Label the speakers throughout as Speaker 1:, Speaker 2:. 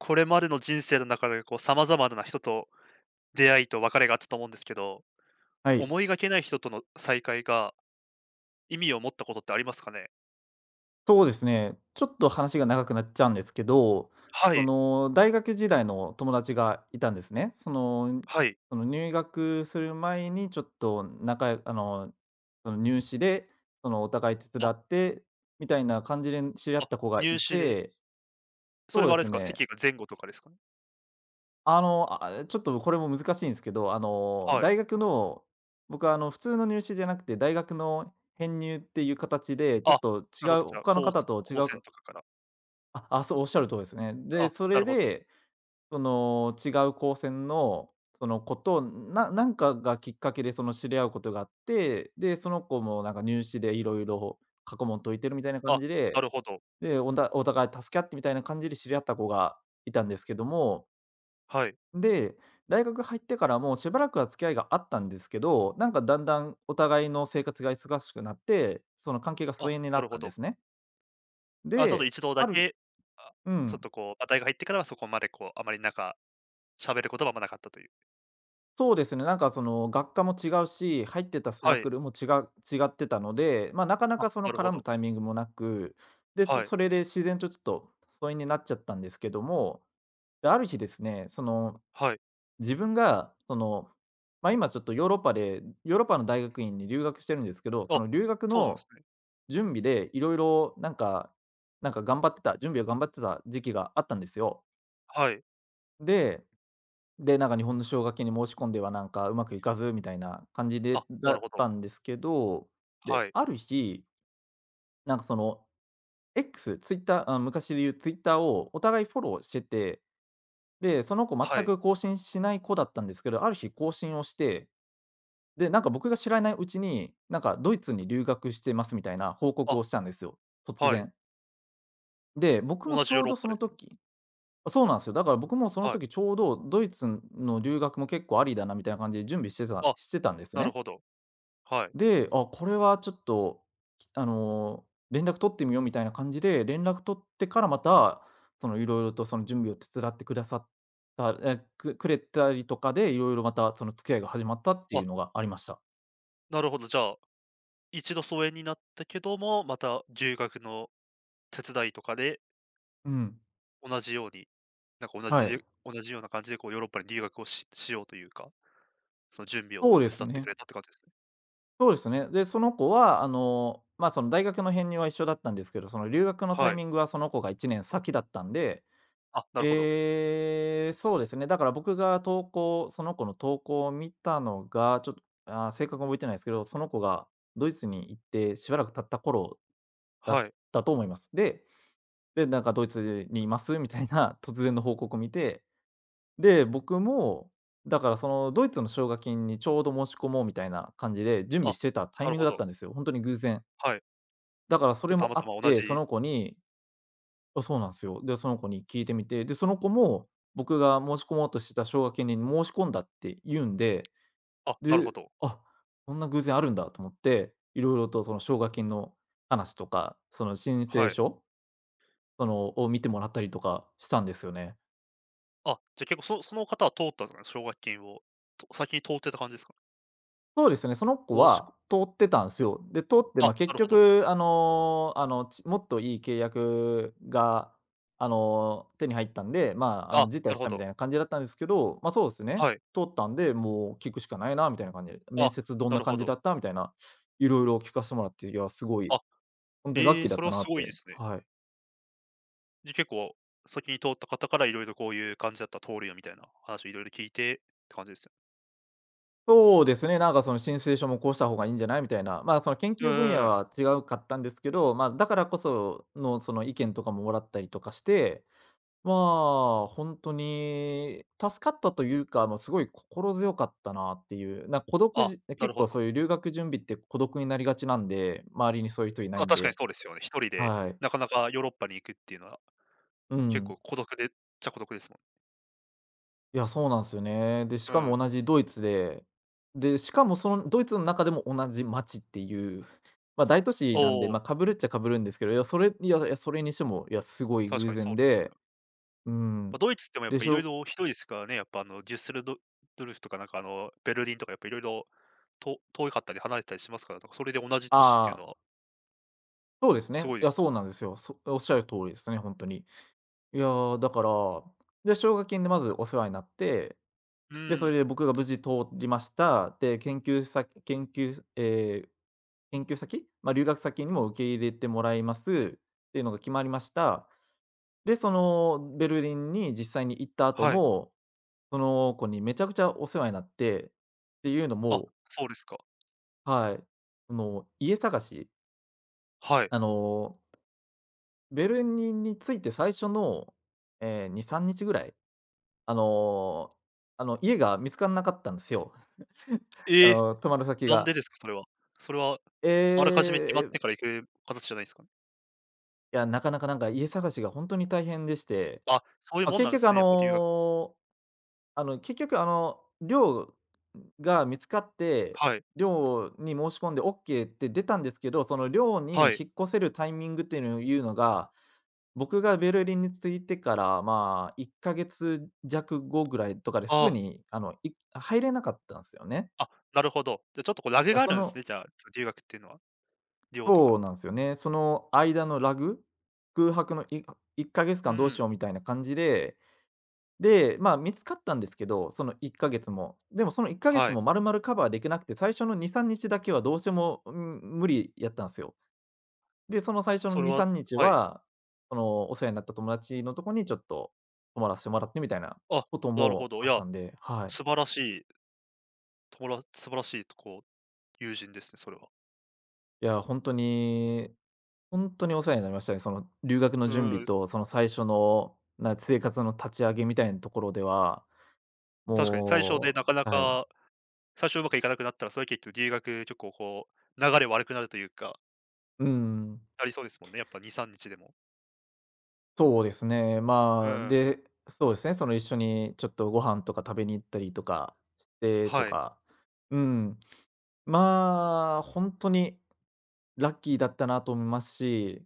Speaker 1: これまでの人生の中でこう様々な人と出会いと別れがあったと思うんですけど、
Speaker 2: はい、
Speaker 1: 思いがけない人との再会が意味を持ったことってありますかね？
Speaker 2: そうですね。ちょっと話が長くなっちゃうんですけど、
Speaker 1: は
Speaker 2: そ
Speaker 1: い、
Speaker 2: の大学時代の友達がいたんですね。その、
Speaker 1: はい。
Speaker 2: その入学する前にちょっと仲あの、その入試で、そのお互い手
Speaker 1: あ、
Speaker 2: 伝って、みたいな感じで知り合
Speaker 1: あ、
Speaker 2: った子が
Speaker 1: 入
Speaker 2: い
Speaker 1: 試で、
Speaker 2: て、
Speaker 1: それ
Speaker 2: そ
Speaker 1: は
Speaker 2: うで
Speaker 1: あれで
Speaker 2: す
Speaker 1: すか、
Speaker 2: ね。
Speaker 1: 席が前後とかですかね？
Speaker 2: ちょっとこれも難しいんですけど、
Speaker 1: はい。
Speaker 2: 大学の、僕は普通の入試じゃなくて、大学の編入っていう形で、
Speaker 1: あ、
Speaker 2: ちょっと違
Speaker 1: なるほ
Speaker 2: う
Speaker 1: ど、じゃあ、
Speaker 2: 他の
Speaker 1: こ
Speaker 2: 方と違
Speaker 1: 高
Speaker 2: う
Speaker 1: 専とかから。
Speaker 2: そう、おっしゃる通りですね。で、
Speaker 1: あ、
Speaker 2: そ
Speaker 1: な
Speaker 2: れ
Speaker 1: るほど。
Speaker 2: で、その、違う高専の、その子と、なんかがきっかけで知り合うことがあって、で、その子もなんか入試でいろいろ過去問解いてるみたいな感
Speaker 1: あ、
Speaker 2: じ
Speaker 1: な
Speaker 2: で、
Speaker 1: るほど。
Speaker 2: で、おんだお互い助け合ってみたいな感じで知り合った子がいたんですけども、
Speaker 1: はい。
Speaker 2: で、大学入ってからもしばらくは付き合いがあったんですけど、なんかだんだんお互いの生活が忙しくなって、その関係が疎
Speaker 1: あ、
Speaker 2: 遠にな
Speaker 1: な
Speaker 2: っ
Speaker 1: るほ
Speaker 2: たんで
Speaker 1: ど。
Speaker 2: すね。
Speaker 1: あ、ちょっと
Speaker 2: で、
Speaker 1: 一度だ
Speaker 2: ある
Speaker 1: け、あ、
Speaker 2: う
Speaker 1: ちょっ
Speaker 2: ん。
Speaker 1: とこう、値が入ってからはそこまでこう、あまりなんか、喋る言葉もなかったという。
Speaker 2: そうですね、なんかその学科も違うし、入ってたサ
Speaker 1: は
Speaker 2: ー
Speaker 1: い。
Speaker 2: クルも違ってたので、まあ、なかな
Speaker 1: あ、
Speaker 2: かその
Speaker 1: なるほ
Speaker 2: 絡む
Speaker 1: ど。
Speaker 2: タイミングもなく、で、そ
Speaker 1: はい、
Speaker 2: それで自然とちょっと疎遠になっちゃったんですけども、で、ある日ですね、その
Speaker 1: はい。
Speaker 2: 自分がその、まあ、今ちょっとヨーロッパの大学院に留学してるんですけど、そ
Speaker 1: あ、
Speaker 2: の留学
Speaker 1: そうなんで
Speaker 2: の
Speaker 1: すね。
Speaker 2: 準備でいろいろなんかなんか頑張ってた準備を頑張ってた時期があったんですよ。
Speaker 1: はい。
Speaker 2: でで、なんか日本の奨学金に申し込んではなんかうまくいかずみたいな感じで
Speaker 1: あ、な
Speaker 2: だ
Speaker 1: るほ
Speaker 2: っ
Speaker 1: ど。
Speaker 2: たんですけど、で、
Speaker 1: はい。
Speaker 2: ある日、なんかその X、ツイッターあ、昔で言うツイッターをお互いフォローしてて、で、その子
Speaker 1: は
Speaker 2: 全
Speaker 1: い。
Speaker 2: く更新しない子だったんですけど、ある日更新をして、で、なんか僕が知らないうちに、なんかドイツに留学してますみたいな報告
Speaker 1: あ、
Speaker 2: をしたんですよ、突
Speaker 1: はい。
Speaker 2: 然。で、僕も
Speaker 1: 同
Speaker 2: ち
Speaker 1: じヨー
Speaker 2: ょう
Speaker 1: ロッ
Speaker 2: ど
Speaker 1: パ
Speaker 2: そ
Speaker 1: で
Speaker 2: の
Speaker 1: すね。
Speaker 2: 時そうなんですよ。だから僕もその
Speaker 1: は
Speaker 2: 時ち
Speaker 1: い。
Speaker 2: ょうどドイツの留学も結構ありだなみたいな感じで準備してた
Speaker 1: あ、
Speaker 2: してたんです
Speaker 1: なる
Speaker 2: ね。
Speaker 1: ほど。はい。
Speaker 2: で、これはちょっと、きあの、連絡取ってみようみたいな感じで、連絡取ってからまた、その、いろいろとその準備を手伝ってくださったえ、くくれたりとかで、いろいろまた、その、付き合いが始まったってい
Speaker 1: あ、
Speaker 2: うのがありました。
Speaker 1: なるほど。じゃあ、一度疎遠になったけども、また留学の手伝いとかで、
Speaker 2: うん。
Speaker 1: 同じように、なんか同
Speaker 2: は
Speaker 1: じ
Speaker 2: い。
Speaker 1: で同じような感じでこうヨーロッパに留学をしようというか、その準備を
Speaker 2: そうで
Speaker 1: 手伝
Speaker 2: す
Speaker 1: ってく
Speaker 2: ね。
Speaker 1: れたって感じですね。
Speaker 2: そうですね。で、その子は、あの、まあ、その、大学の編入は一緒だったんですけど、その、留学のタ
Speaker 1: は
Speaker 2: イ
Speaker 1: い。
Speaker 2: ミングはその子が1年先だったんで、
Speaker 1: あ、なるほど。
Speaker 2: ええ、そうですね。だから僕がその子の投稿を見たのが、ちょっと、正確に覚えてないですけど、その子がドイツに行ってしばらく経った頃だっ
Speaker 1: はい。
Speaker 2: たと思います。で、なんかドイツにいますみたいな 突然の報告を見て、で、僕も、だからそのドイツの奨学金にちょうど申し込もうみたいな感じで準備
Speaker 1: あ、
Speaker 2: してたタ
Speaker 1: な
Speaker 2: イ
Speaker 1: る
Speaker 2: ミン
Speaker 1: ほ
Speaker 2: グだっ
Speaker 1: ど。
Speaker 2: たんですよ。本当に偶然。
Speaker 1: はい。
Speaker 2: だからそ
Speaker 1: で、
Speaker 2: れ
Speaker 1: た
Speaker 2: も
Speaker 1: ま
Speaker 2: あ
Speaker 1: た
Speaker 2: っ
Speaker 1: ま同
Speaker 2: て、そ
Speaker 1: じ
Speaker 2: の子にそうなんですよ。で、その子に聞いてみて、で、その子も、僕が申し込もうとしてた奨学金に申し込んだって言うんで、
Speaker 1: あ、なる
Speaker 2: で、
Speaker 1: ほど。
Speaker 2: あ、こんな偶然あるんだと思って、いろいろとその奨学金の話とか、その申請
Speaker 1: はい。
Speaker 2: 書を見てもらったりとかしたんですよね。
Speaker 1: あ、じゃ、結構その方は通ったんですかね、奨学金を。と先に通ってた感じですかね？
Speaker 2: そうですね、その子
Speaker 1: おおしこ
Speaker 2: は通ってたんですよ。で、通って、ま
Speaker 1: あ、
Speaker 2: あ、
Speaker 1: な
Speaker 2: 結
Speaker 1: るほど。
Speaker 2: 局、もっといい契約が、手に入ったんで、まあ、
Speaker 1: あ、
Speaker 2: 辞
Speaker 1: な
Speaker 2: 退
Speaker 1: る
Speaker 2: し
Speaker 1: ほ
Speaker 2: たみ
Speaker 1: ど。
Speaker 2: たいな感じだったんですけど、まあ、そうですね、
Speaker 1: はい。
Speaker 2: 通ったんで、もう聞くしかないなみたいな感じで、面
Speaker 1: あ、
Speaker 2: 接どん
Speaker 1: な
Speaker 2: な
Speaker 1: るほ
Speaker 2: 感じ
Speaker 1: ど。
Speaker 2: だったみたいな、色々聞かせてもらって、いや、すごい、
Speaker 1: あ、
Speaker 2: 本当にラッ
Speaker 1: え
Speaker 2: キ
Speaker 1: え、
Speaker 2: ーだ
Speaker 1: そ
Speaker 2: っ
Speaker 1: れ
Speaker 2: た
Speaker 1: は
Speaker 2: な
Speaker 1: す
Speaker 2: っ
Speaker 1: ごいで
Speaker 2: て、
Speaker 1: すね。
Speaker 2: はい。
Speaker 1: で結構先に通った方からいろいろこういう感じだったら通るよみたいな話をいろいろ聞いてって感じですね。
Speaker 2: そうですね、なんかその申請書もこうした方がいいんじゃないみたいな、まあ、その研
Speaker 1: うんう
Speaker 2: 究分
Speaker 1: ん
Speaker 2: 野
Speaker 1: うん。
Speaker 2: は違うかったんですけど、まあ、だからこその、その意見とかももらったりとかして、まあ、本当に助かったというか、もうすごい心強かったなっていう、なんか孤独
Speaker 1: あ、
Speaker 2: じ
Speaker 1: なる
Speaker 2: 結
Speaker 1: ほ
Speaker 2: 構
Speaker 1: ど。
Speaker 2: そういう留学準備って孤独になりがちなんで、周りにそういう人いな
Speaker 1: あ、
Speaker 2: いん
Speaker 1: 確かに
Speaker 2: で、
Speaker 1: そうですよね。一人で
Speaker 2: はい。
Speaker 1: なかなかヨーロッパに行くっていうのは、
Speaker 2: う
Speaker 1: 結構
Speaker 2: ん。
Speaker 1: 孤独でっちゃ孤独ですもん。
Speaker 2: いや、そうなんですよね。で、し
Speaker 1: う
Speaker 2: か
Speaker 1: ん。
Speaker 2: も同じドイツで、で、しかもそのドイツの中でも同じ街っていう、ま、大都市
Speaker 1: お
Speaker 2: なんで、
Speaker 1: お、
Speaker 2: ま、被るっちゃ被るんですけど、いや、いやいや、それにしても、いや、すごい
Speaker 1: 確か
Speaker 2: 偶
Speaker 1: にそう
Speaker 2: 然
Speaker 1: ですよね。
Speaker 2: で、う
Speaker 1: ま
Speaker 2: ん。
Speaker 1: あ、ドイツってもやっ
Speaker 2: で
Speaker 1: ぱ
Speaker 2: し
Speaker 1: いろい
Speaker 2: ょ。
Speaker 1: ろひどいですからね、やっぱあのデュッセルドルフとかなんかあのベルリンとかやっぱいろいろと遠かったり離れたりしますから、だかそれで同じ都市っ
Speaker 2: あ
Speaker 1: ていうの
Speaker 2: あー。
Speaker 1: は
Speaker 2: そうです
Speaker 1: す
Speaker 2: ね。
Speaker 1: ごいで
Speaker 2: い
Speaker 1: す。
Speaker 2: や、そうなんですよ。おっしゃる通りですね、本当に。いやー、だから、で、奨学金でまずお世話になって、
Speaker 1: う
Speaker 2: で、それ
Speaker 1: ん、
Speaker 2: で僕が無事通りました。で、研究先、研究えー研究先、まあ、留学先にも受け入れてもらいますっていうのが決まりました。で、そのベルリンに実際に行った後
Speaker 1: はい。
Speaker 2: も、その子にめちゃくちゃお世話になって、っていうの
Speaker 1: あ、
Speaker 2: も、
Speaker 1: そうですか。
Speaker 2: はい、その、家探し、
Speaker 1: はい。
Speaker 2: あのベルリンに着いて最初の、2、3日ぐらい、あのー家が見つからなかったんですよ。
Speaker 1: ええ、
Speaker 2: 泊まる先
Speaker 1: なんで
Speaker 2: が。
Speaker 1: ですか？それは。それはあら
Speaker 2: え
Speaker 1: かじめ決まって
Speaker 2: ー
Speaker 1: から行く形じゃないですかね？
Speaker 2: いや、なかなかなんか家探しが本当に大変でして、
Speaker 1: あ、そういう
Speaker 2: まあ、
Speaker 1: もんなんですね、やっぱ留学
Speaker 2: 結局寮が見つかって、
Speaker 1: はい、
Speaker 2: 寮に申し込んでオッケーって出たんですけど、その寮に
Speaker 1: はい。
Speaker 2: 引っ越せるタイミングっていうのが僕がベルリンに着いてから、まあ、1か月弱後ぐらいとかです
Speaker 1: あ
Speaker 2: ぐ
Speaker 1: あ、
Speaker 2: に、入れなかったんですよね。
Speaker 1: あ、なるほど。じゃあちょっとこうラグ
Speaker 2: だ、
Speaker 1: があ
Speaker 2: そ
Speaker 1: るんですね、
Speaker 2: の
Speaker 1: じゃあ、留学っていうのは、寮とか
Speaker 2: そう
Speaker 1: だ
Speaker 2: な
Speaker 1: と。
Speaker 2: んですよね。その間のラグ、空白の1か
Speaker 1: う
Speaker 2: 月間どうし
Speaker 1: ん、
Speaker 2: ようみたいな感じで、で、まあ、見つかったんですけど、その1か月も。でもその1か月
Speaker 1: はい。
Speaker 2: も丸々カバーできなくて、最初の2、3日だけはどうしても、うん、無理やったんですよ。で、その最初の
Speaker 1: それ
Speaker 2: 2、
Speaker 1: は
Speaker 2: 3日
Speaker 1: はい。
Speaker 2: は、そのお世話になった友達のとこにちょっと泊まらせてもらってみたいな
Speaker 1: あ、
Speaker 2: こと
Speaker 1: なるほ
Speaker 2: も
Speaker 1: ど。い
Speaker 2: あっ
Speaker 1: や
Speaker 2: たんで、はい。
Speaker 1: 素晴らしい、友も素晴らしいとこう、友人ですね、それは。
Speaker 2: いや、ほんとにお世話になりましたね。その留学の
Speaker 1: う
Speaker 2: 準備
Speaker 1: ん、
Speaker 2: と、その最初の、生活の立ち上げみたいなところでは、
Speaker 1: 確かに最初で
Speaker 2: も
Speaker 1: なかな
Speaker 2: はい。
Speaker 1: か、最初うまくいかなくなったら、それ結局留学結構こう、流れ悪くなるというか、
Speaker 2: うん、
Speaker 1: なりそうですもんね、やっぱ2、3日でも。
Speaker 2: そうですね。
Speaker 1: う
Speaker 2: まあ、
Speaker 1: ん、
Speaker 2: で、そうですね、その一緒にちょっとご飯とか食べに行ったりとかしてと
Speaker 1: はい、
Speaker 2: か、うん、まあ、ほんとにラッキーだったなと思いますし、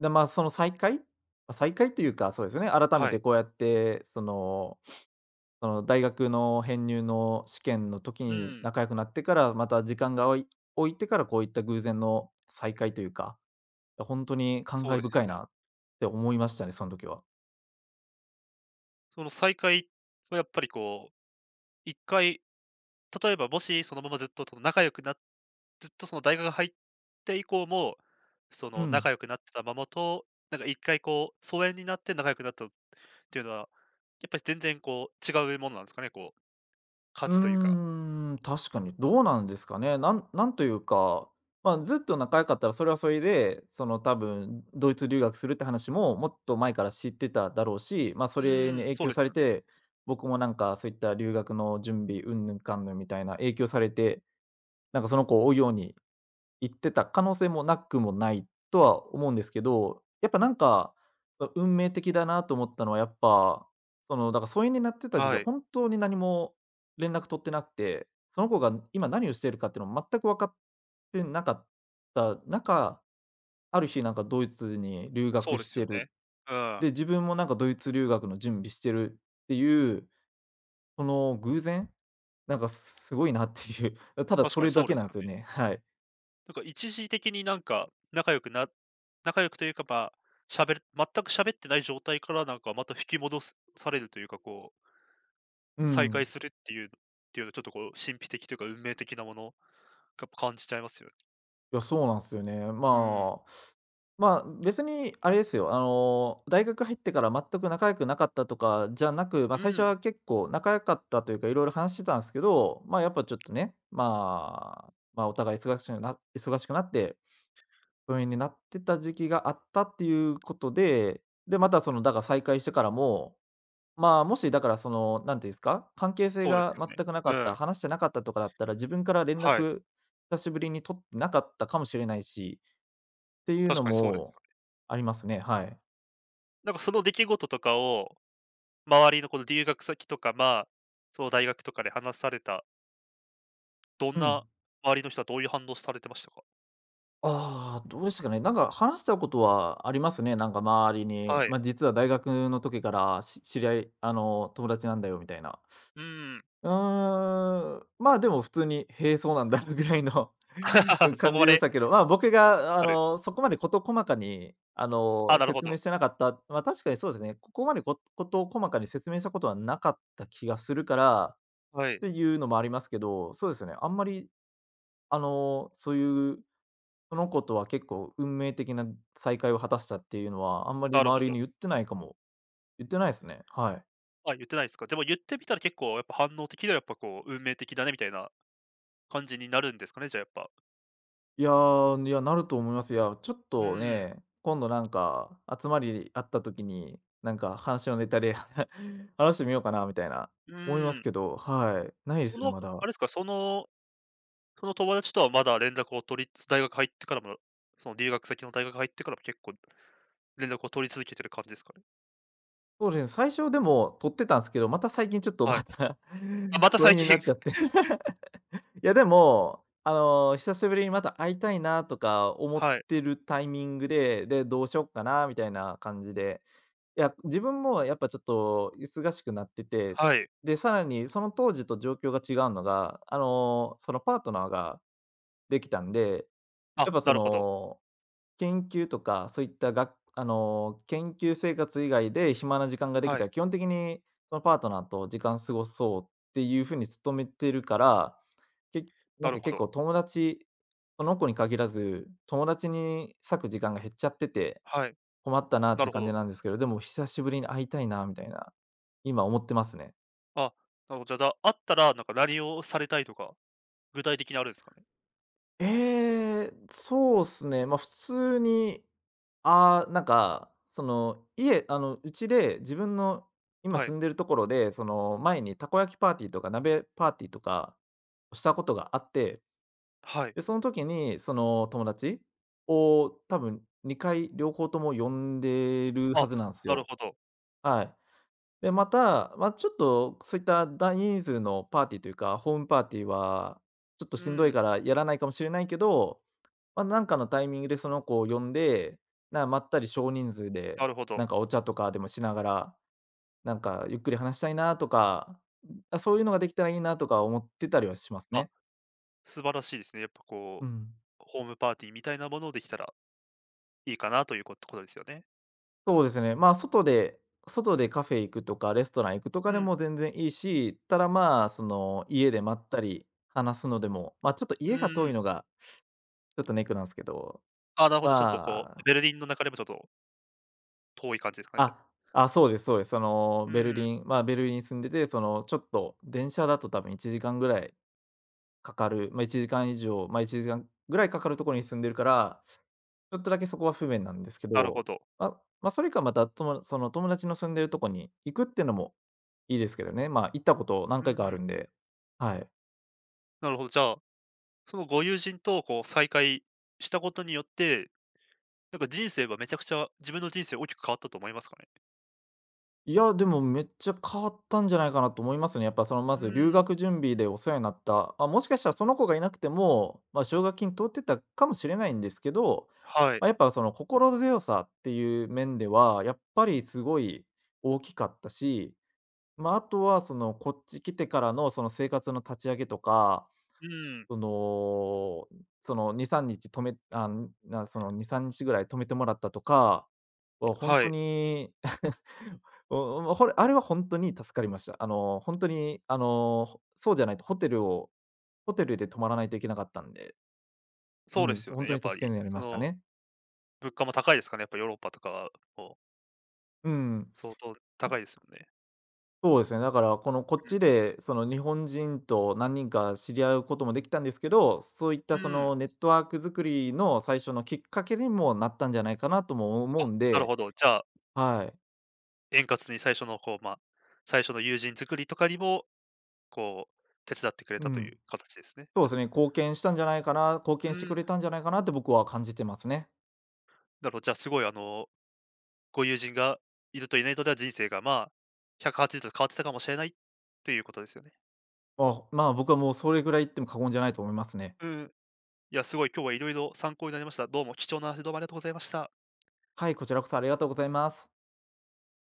Speaker 2: で、まあ、再会というか、そうですよね、改め
Speaker 1: は
Speaker 2: て
Speaker 1: い。
Speaker 2: こうやって、その、その大学の編入の試験の時
Speaker 1: う
Speaker 2: に
Speaker 1: ん、
Speaker 2: 仲良くなってから、また時間が置いてからこういった偶然の再会というか、本当に感
Speaker 1: そう
Speaker 2: 慨
Speaker 1: ですよ
Speaker 2: 深い
Speaker 1: ね。
Speaker 2: なって思いましたね、その時は。
Speaker 1: その再会はやっぱりこう、一回、例えばもしそのままずっとその仲良くなっずっとその大学入って以降も、そ
Speaker 2: う
Speaker 1: の
Speaker 2: ん。
Speaker 1: 仲良くなってたままと、なんか一回こう、疎遠になって仲良くなったっていうのはやっぱり全然こう違うものなんですかね、こう、価
Speaker 2: う
Speaker 1: 値というか。
Speaker 2: ーん、確かにどうなんですかね。なんなんというか、まあ、ずっと仲良かったらそれはそれで、その多分ドイツ留学するって話ももっと前から知ってただろうし、まあ、そ
Speaker 1: う
Speaker 2: れに
Speaker 1: ーん、
Speaker 2: 影
Speaker 1: そう
Speaker 2: 響
Speaker 1: です
Speaker 2: され
Speaker 1: よね。
Speaker 2: て、僕もなんかそういった留学の準備うんぬんかんぬんみたいな影響されて、なんかその子を追うように言ってた可能性もなくもないとは思うんですけど、やっぱなんか、そ運命的だなと思ったのはやっぱ、その、だから疎遠になってた時期
Speaker 1: は
Speaker 2: は
Speaker 1: い、
Speaker 2: 本当に何も連絡取ってなくて、その子が今何をしているかっていうのも全く分かってなかった中、ある日なんかドイツに留
Speaker 1: そう
Speaker 2: 学
Speaker 1: で
Speaker 2: し
Speaker 1: すよ
Speaker 2: てる。
Speaker 1: ね。うん、
Speaker 2: で、自分もなんかドイツ留学の準備してるっていう、その偶然、なんかすごいなっていう、ただ
Speaker 1: 確
Speaker 2: そ
Speaker 1: かに
Speaker 2: れ
Speaker 1: そ
Speaker 2: だ
Speaker 1: うで
Speaker 2: けな
Speaker 1: す
Speaker 2: んで
Speaker 1: よ
Speaker 2: すよ
Speaker 1: ね。
Speaker 2: ね。はい。
Speaker 1: なんか一時的になんか仲良くというか、まあ、しゃべる全く喋ってない状態からなんかまた引き戻すされるというか、こう、
Speaker 2: う
Speaker 1: 再会
Speaker 2: ん。
Speaker 1: するっていうっていうのはちょっとこう神秘的というか運命的なもの、感じちゃいますよね。
Speaker 2: いや、そうなんですよね。
Speaker 1: うん。
Speaker 2: まあ、別にあれですよ、あの、大学入ってから全く仲良くなかったとかじゃなく、まあ、
Speaker 1: う
Speaker 2: 最初
Speaker 1: ん、
Speaker 2: は結構仲良かったというか、いろいろ話してたんですけど、まあ、やっぱちょっとね、まあ、お互い忙しくなって、疎遠になってた時期があったっていうことで、で、またその、だから再会してからもまあ、もしだからその、なんていうんですか、関係性
Speaker 1: そうです
Speaker 2: が
Speaker 1: よね。
Speaker 2: 全くなか
Speaker 1: う
Speaker 2: った、
Speaker 1: ん、
Speaker 2: 話してなかったとかだったら、自分から連
Speaker 1: はい、
Speaker 2: 絡、久しぶりに取ってなかったかもしれないし、っていう
Speaker 1: 確
Speaker 2: の
Speaker 1: かにそうです
Speaker 2: も
Speaker 1: よね。
Speaker 2: ありますね、はい。
Speaker 1: なんかその出来事とかを周りのこの留学先とか、まあ、その大学とかで話された、どん
Speaker 2: う
Speaker 1: な
Speaker 2: ん。
Speaker 1: 周りの人はどういう反応されてましたか？
Speaker 2: ああ、どうですかね、なんか話したことはありますね、なんか周りに。
Speaker 1: はい。
Speaker 2: ま、実は大学の時から知り合いあの、友達なんだよみたいな。
Speaker 1: うーん。
Speaker 2: うーん、まあ、でも普通に、へえ、そうなんだぐらいの
Speaker 1: そ
Speaker 2: 感
Speaker 1: こま
Speaker 2: じでし
Speaker 1: で、
Speaker 2: たけど、まあ、僕
Speaker 1: そ
Speaker 2: が
Speaker 1: こ
Speaker 2: あ
Speaker 1: まで
Speaker 2: の、そこまで事細かにあ
Speaker 1: あ、
Speaker 2: の、
Speaker 1: なるほ
Speaker 2: 説
Speaker 1: ど。
Speaker 2: 明してなかった、まあ、確かにそうですね、ここまで事細かに説明したことはなかった気がするから
Speaker 1: は
Speaker 2: っ
Speaker 1: い。
Speaker 2: ていうのもありますけど、そうですね、あんまりあの、そういう、その子とは結構運命的な再会を果たしたっていうのは、あんまり
Speaker 1: なるほ
Speaker 2: 周り
Speaker 1: ど。
Speaker 2: に言ってないかも。言ってないですね、はい。
Speaker 1: あ、言ってないですか。でも言ってみたら結構やっぱ反応的にはやっぱこう、運命的だねみたいな感じになるんですかね、じゃあやっぱ。
Speaker 2: いやー、いや、なると思います。いや、ちょっ
Speaker 1: う
Speaker 2: と
Speaker 1: ん。
Speaker 2: ね、今度なんか集まりあった時に、なんか話のネタで 話してみようかなみたいな
Speaker 1: う
Speaker 2: 思います
Speaker 1: ん。
Speaker 2: けど、はい、ないで
Speaker 1: そ
Speaker 2: すね、
Speaker 1: の、
Speaker 2: ま
Speaker 1: あ
Speaker 2: だ。
Speaker 1: れですか、その、その友達とはまだ連絡を取り大学入ってからも、その留学先の大学入ってからも結構連絡を取り続けてる感じですかね？
Speaker 2: そうですね、最初でも撮ってたんですけど、また最近ちょっと
Speaker 1: はい。
Speaker 2: また
Speaker 1: あ、ま た
Speaker 2: 疎
Speaker 1: 最
Speaker 2: 遠にな
Speaker 1: 近。
Speaker 2: っちゃって い や、でも、あの、久しぶりにまた会いたいなとか思っ
Speaker 1: はい。
Speaker 2: てるタイミングで、で、どうしよっかなみたいな感じでいや、自分もやっぱちょっと忙しくなってて、
Speaker 1: はい。
Speaker 2: で、さらにその当時と状況が違うのが、あの、そのパートナーができたんで、
Speaker 1: あ、
Speaker 2: やっぱ
Speaker 1: な
Speaker 2: そ
Speaker 1: るほど。
Speaker 2: の、研究とか、そういったがあの、研究生活以外で暇な時間ができ
Speaker 1: は
Speaker 2: た
Speaker 1: い。
Speaker 2: ら、基本的にそのパートナーと時間過ごそうっていう風に努めてるから、けな
Speaker 1: な
Speaker 2: ん
Speaker 1: る
Speaker 2: か
Speaker 1: ほ
Speaker 2: 結
Speaker 1: ど。
Speaker 2: 構友達、その子に限らず、友達に割く時間が減っちゃってて
Speaker 1: はい。
Speaker 2: 困ったなっ
Speaker 1: な
Speaker 2: て
Speaker 1: るほ
Speaker 2: 感じ
Speaker 1: ど。
Speaker 2: なんですけど、でも久しぶりに会いたいなみたいな、今思ってますね。
Speaker 1: あ、なるほど。じゃあ、あったら、なんか何をされたいとか、具体的にあるんですかね？
Speaker 2: ええ、そうっすね。ま、普通に、ああ、なんか、その、あの、うちで自分の今
Speaker 1: はい。
Speaker 2: 住んでるところで、その、前にたこ焼きパーティーとか鍋パーティーとかしたことがあって、
Speaker 1: はい。
Speaker 2: で、その時に、その、友達を多分2回両方とも呼んでるは
Speaker 1: あ、
Speaker 2: ずなんです
Speaker 1: なる
Speaker 2: よ。
Speaker 1: ほど。
Speaker 2: はい。で、また、まあ、ちょっとそういった大人数のパーティーというか、ホームパーティーはちょっと
Speaker 1: う
Speaker 2: しんどい
Speaker 1: ん、
Speaker 2: からやらないかもしれないけど、まあ、なんかのタイミングでその子を呼んで、な、まったり少人数で、
Speaker 1: なるほど。
Speaker 2: なんかお茶とかでもしながら、なんかゆっくり話したいなとか、あ、そういうのができたらいいなとか思ってたりはします
Speaker 1: あ、
Speaker 2: ね。
Speaker 1: 素晴らしいですね。やっぱ
Speaker 2: う
Speaker 1: こう、
Speaker 2: ん。
Speaker 1: ホームパーティーみたいなものをできたらいいかなということですよね。
Speaker 2: そうですね。まあ、外でカフェ行くとか、レストラン行くとか
Speaker 1: う
Speaker 2: で
Speaker 1: ん、
Speaker 2: も全然いいし、ただ、まあ、その、家でまったり話すのでも、まあ、ちょっと
Speaker 1: う
Speaker 2: 家が遠い
Speaker 1: ん。
Speaker 2: のがちょっとネックなんですけど、
Speaker 1: あ、なるほど、ちょっとこ
Speaker 2: ま
Speaker 1: う、
Speaker 2: あ
Speaker 1: ベルリンの中でもちょっと遠い感じですかね、じゃあ。
Speaker 2: あ、あ、そうですそうです。その、
Speaker 1: う
Speaker 2: ベル
Speaker 1: ん、
Speaker 2: リンまあ、ベルリンに住んでて、その、ちょっと電車だと多分1時間ぐらいかかる、まあ、1時間以上、まあ、1時間ぐらいかかるところに住んでるから、ちょっとだけそこは不便なんですけ
Speaker 1: なるほ
Speaker 2: ど、
Speaker 1: ど。
Speaker 2: まあまあ、それかまた、ともその、友達の住んでるとこに行くっていうのもいいですけどね。まあ、行ったこと何
Speaker 1: うん
Speaker 2: 回か
Speaker 1: う
Speaker 2: ある
Speaker 1: ん。
Speaker 2: んで。はい。
Speaker 1: なるほど、じゃあ、そのご友人とこう再会したことによってなんか人生はめちゃくちゃ自分の人生大きく変わったと思いますかね？
Speaker 2: いや、でもめっちゃ変わったんじゃないかなと思いますね。やっぱその
Speaker 1: う
Speaker 2: まず留
Speaker 1: ーん、
Speaker 2: 学準備でお世話になった、まあもしかしたらその子がいなくても、まあ、奨学金通ってたかもしれないんですけど、
Speaker 1: はい。
Speaker 2: まあ、やっぱその心強さっていう面では、やっぱりすごい大きかったし、ま、とはそのこっち来てからのその生活の立ち上げとか
Speaker 1: うん、
Speaker 2: その、その2、3日止めあ、な、その2、3日ぐらい止めてもらったとかは、ほん
Speaker 1: は
Speaker 2: と
Speaker 1: い。
Speaker 2: に、おお、ほれあれはほんとに助かりました。あの、ほんとに、あの、そうじゃないとホテルで泊まらないといけなかったんで、
Speaker 1: そう
Speaker 2: う
Speaker 1: で
Speaker 2: ん、
Speaker 1: すよ
Speaker 2: ほん
Speaker 1: ね、
Speaker 2: と
Speaker 1: やっ
Speaker 2: に
Speaker 1: ぱ
Speaker 2: 助け
Speaker 1: り。
Speaker 2: になり
Speaker 1: そ
Speaker 2: ました
Speaker 1: の、
Speaker 2: ね。
Speaker 1: 物価も高いですかね、やっぱヨーロッパとかはもう
Speaker 2: うん、
Speaker 1: 相当高いですもんね。
Speaker 2: そうですね、だからこのこっちでその日本人と何人か知り合うこともできたんですけど、そういっ
Speaker 1: うん。
Speaker 2: たそ
Speaker 1: うん。
Speaker 2: のネットワーク作りの最初のきっかけにもなったんじゃないかなとも思
Speaker 1: あ、
Speaker 2: うん
Speaker 1: なる
Speaker 2: で
Speaker 1: ほど。じゃあ、
Speaker 2: はい。
Speaker 1: 円滑に最初のこう、まあ、最初の友人作りとかにも、こう、手伝ってくれ
Speaker 2: う
Speaker 1: たとい
Speaker 2: ん。
Speaker 1: う形ですね、
Speaker 2: そう
Speaker 1: じ
Speaker 2: で
Speaker 1: ゃ
Speaker 2: す
Speaker 1: あ。
Speaker 2: ね、貢
Speaker 1: う
Speaker 2: 献してく
Speaker 1: ん、
Speaker 2: れたんじゃないかなって僕は感じてますね。
Speaker 1: なるほど、じゃあすごいあの、ご友人がいるといないとでは人生が、まあ、180度変わってたかもしれないということですよね。
Speaker 2: あ、まあ、僕はもうそれぐらい言っても過言じゃないと思いますね。
Speaker 1: うん。いや、すごい今日はいろいろ参考になりました。どうも貴重な話どうもありがとうございました。
Speaker 2: はい、こちらこそありがとうございます。